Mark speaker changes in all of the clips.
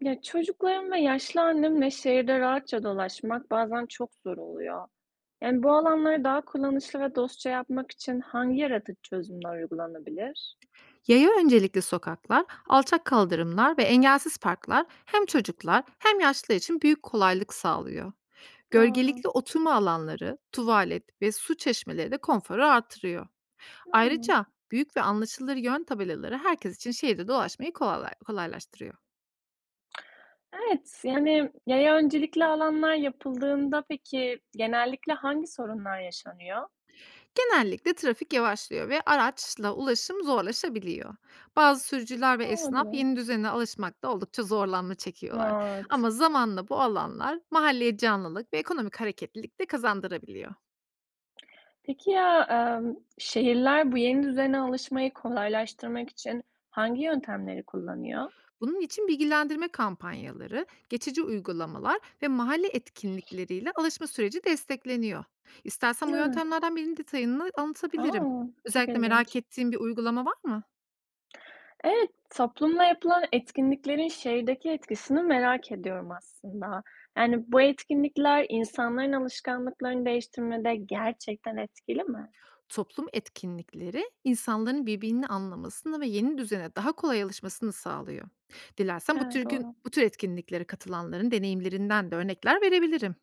Speaker 1: Ya, çocuklarım ve yaşlı annemle şehirde rahatça dolaşmak bazen çok zor oluyor. Yani bu alanları daha kullanışlı ve dostça yapmak için hangi yaratıcı çözümler uygulanabilir?
Speaker 2: Yaya öncelikli sokaklar, alçak kaldırımlar ve engelsiz parklar hem çocuklar hem yaşlılar için büyük kolaylık sağlıyor.
Speaker 1: Doğru.
Speaker 2: Gölgelikli oturma alanları, tuvalet ve su çeşmeleri de konforu artırıyor.
Speaker 1: Hımm.
Speaker 2: Ayrıca büyük ve anlaşılır yön tabelaları herkes için şehirde dolaşmayı kolaylaştırıyor.
Speaker 1: Evet, yani yaya öncelikli alanlar yapıldığında peki genellikle hangi sorunlar yaşanıyor?
Speaker 2: Genellikle trafik yavaşlıyor ve araçla ulaşım zorlaşabiliyor. Bazı sürücüler ve
Speaker 1: Ne
Speaker 2: esnaf
Speaker 1: olabilir?
Speaker 2: yeni düzene alışmakta oldukça zorlanma çekiyorlar.
Speaker 1: Evet.
Speaker 2: Ama zamanla bu alanlar mahalleye canlılık ve ekonomik hareketlilik de kazandırabiliyor.
Speaker 1: Peki ya, şehirler bu yeni düzene alışmayı kolaylaştırmak için hangi yöntemleri kullanıyor?
Speaker 2: Bunun için bilgilendirme kampanyaları, geçici uygulamalar ve mahalle etkinlikleriyle alışma süreci destekleniyor. İstersen bu
Speaker 1: Evet.
Speaker 2: yöntemlerden birinin detayını anlatabilirim.
Speaker 1: Aa, çok
Speaker 2: Özellikle merak
Speaker 1: ilginç.
Speaker 2: ettiğin bir uygulama var mı?
Speaker 1: Evet, toplumla yapılan etkinliklerin şehirdeki etkisini merak ediyorum aslında. Yani bu etkinlikler insanların alışkanlıklarını değiştirmede gerçekten etkili mi?
Speaker 2: Toplum etkinlikleri insanların birbirini anlamasını ve yeni düzene daha kolay alışmasını sağlıyor. Dilersen
Speaker 1: Evet, doğru.
Speaker 2: bu tür etkinliklere katılanların deneyimlerinden de örnekler verebilirim.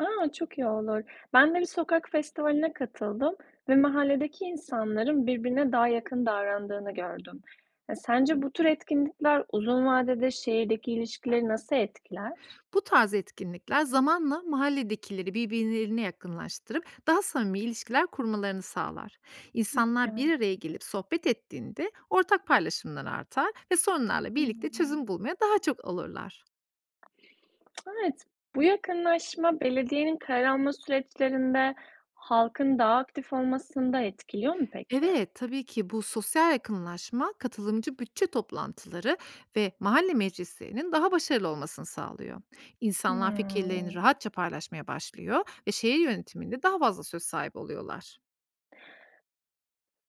Speaker 1: Aa, çok iyi olur. Ben de bir sokak festivaline katıldım ve mahalledeki insanların birbirine daha yakın davrandığını gördüm. E, sence bu tür etkinlikler uzun vadede şehirdeki ilişkileri nasıl etkiler?
Speaker 2: Bu tarz etkinlikler zamanla mahalledekileri birbirlerine yakınlaştırıp daha samimi ilişkiler kurmalarını sağlar.
Speaker 1: Hı,
Speaker 2: İnsanlar
Speaker 1: evet.
Speaker 2: bir araya gelip sohbet ettiğinde ortak paylaşımlar artar ve sorunlarla
Speaker 1: Hı
Speaker 2: birlikte
Speaker 1: hı.
Speaker 2: çözüm bulmaya daha çok olurlar.
Speaker 1: Evet, bu yakınlaşma belediyenin karar alma süreçlerinde halkın daha aktif olmasını da etkiliyor mu peki?
Speaker 2: Evet, tabii ki bu sosyal yakınlaşma katılımcı bütçe toplantıları ve mahalle meclislerinin daha başarılı olmasını sağlıyor. İnsanlar fikirlerini
Speaker 1: Hımm,
Speaker 2: rahatça paylaşmaya başlıyor ve şehir yönetiminde daha fazla söz sahibi oluyorlar.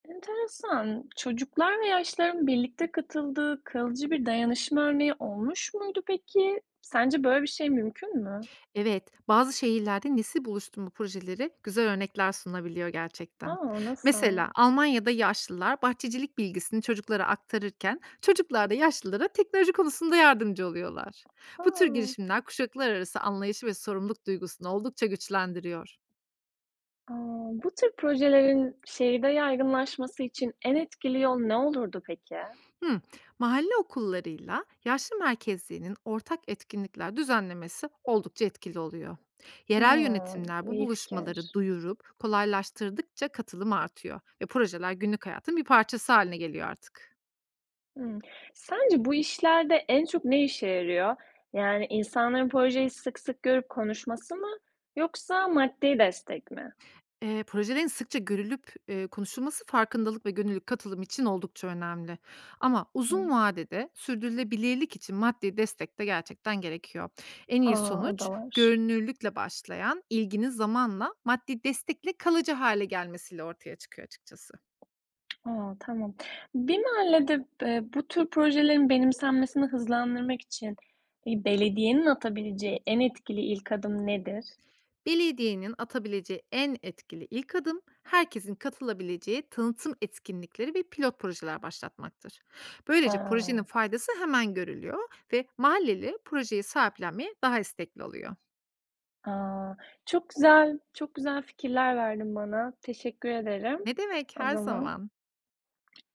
Speaker 1: enteresan. Çocuklar ve yaşlıların birlikte katıldığı kalıcı bir dayanışma örneği olmuş muydu peki? Sence böyle bir şey mümkün mü?
Speaker 2: Evet, bazı şehirlerde nesil buluşturma projeleri güzel örnekler sunabiliyor gerçekten.
Speaker 1: Aa, nasıl?
Speaker 2: Mesela Almanya'da yaşlılar bahçecilik bilgisini çocuklara aktarırken çocuklar da yaşlılara teknoloji konusunda yardımcı oluyorlar. Bu tür
Speaker 1: Aa,
Speaker 2: girişimler kuşaklar arası anlayışı ve sorumluluk duygusunu oldukça güçlendiriyor.
Speaker 1: a! Bu tür projelerin şehirde yaygınlaşması için en etkili yol ne olurdu peki?
Speaker 2: Hımm. Mahalle okullarıyla yaşlı merkezlerinin ortak etkinlikler düzenlemesi oldukça etkili oluyor.
Speaker 1: A!
Speaker 2: Yerel yönetimler bu
Speaker 1: İyi fikir.
Speaker 2: buluşmaları duyurup kolaylaştırdıkça katılım artıyor ve projeler günlük hayatın bir parçası haline geliyor artık.
Speaker 1: Hımm. Sence bu işlerde en çok ne işe yarıyor? Yani insanların projeyi sık sık görüp konuşması mı yoksa maddi destek mi?
Speaker 2: Projelerin sıkça görülüp, konuşulması farkındalık ve gönüllü katılım için oldukça önemli. Ama uzun
Speaker 1: Hıı.
Speaker 2: vadede sürdürülebilirlik için maddi destek de gerçekten gerekiyor. En
Speaker 1: A!
Speaker 2: iyi
Speaker 1: O da
Speaker 2: sonuç
Speaker 1: var.
Speaker 2: görünürlükle başlayan ilginin zamanla maddi destekle kalıcı hale gelmesiyle ortaya çıkıyor açıkçası.
Speaker 1: A! Tamam. Bir mahallede, bu tür projelerin benimsenmesini hızlandırmak için, belediyenin atabileceği en etkili ilk adım nedir?
Speaker 2: Belediyenin atabileceği en etkili ilk adım herkesin katılabileceği tanıtım etkinlikleri ve pilot projeler başlatmaktır. Böylece projenin
Speaker 1: A!
Speaker 2: faydası hemen görülüyor ve mahalleli projeyi sahiplenmeye daha istekli oluyor.
Speaker 1: A! Çok güzel, çok güzel fikirler verdin bana. Teşekkür ederim
Speaker 2: Ne demek,
Speaker 1: o
Speaker 2: her
Speaker 1: zaman.
Speaker 2: zaman?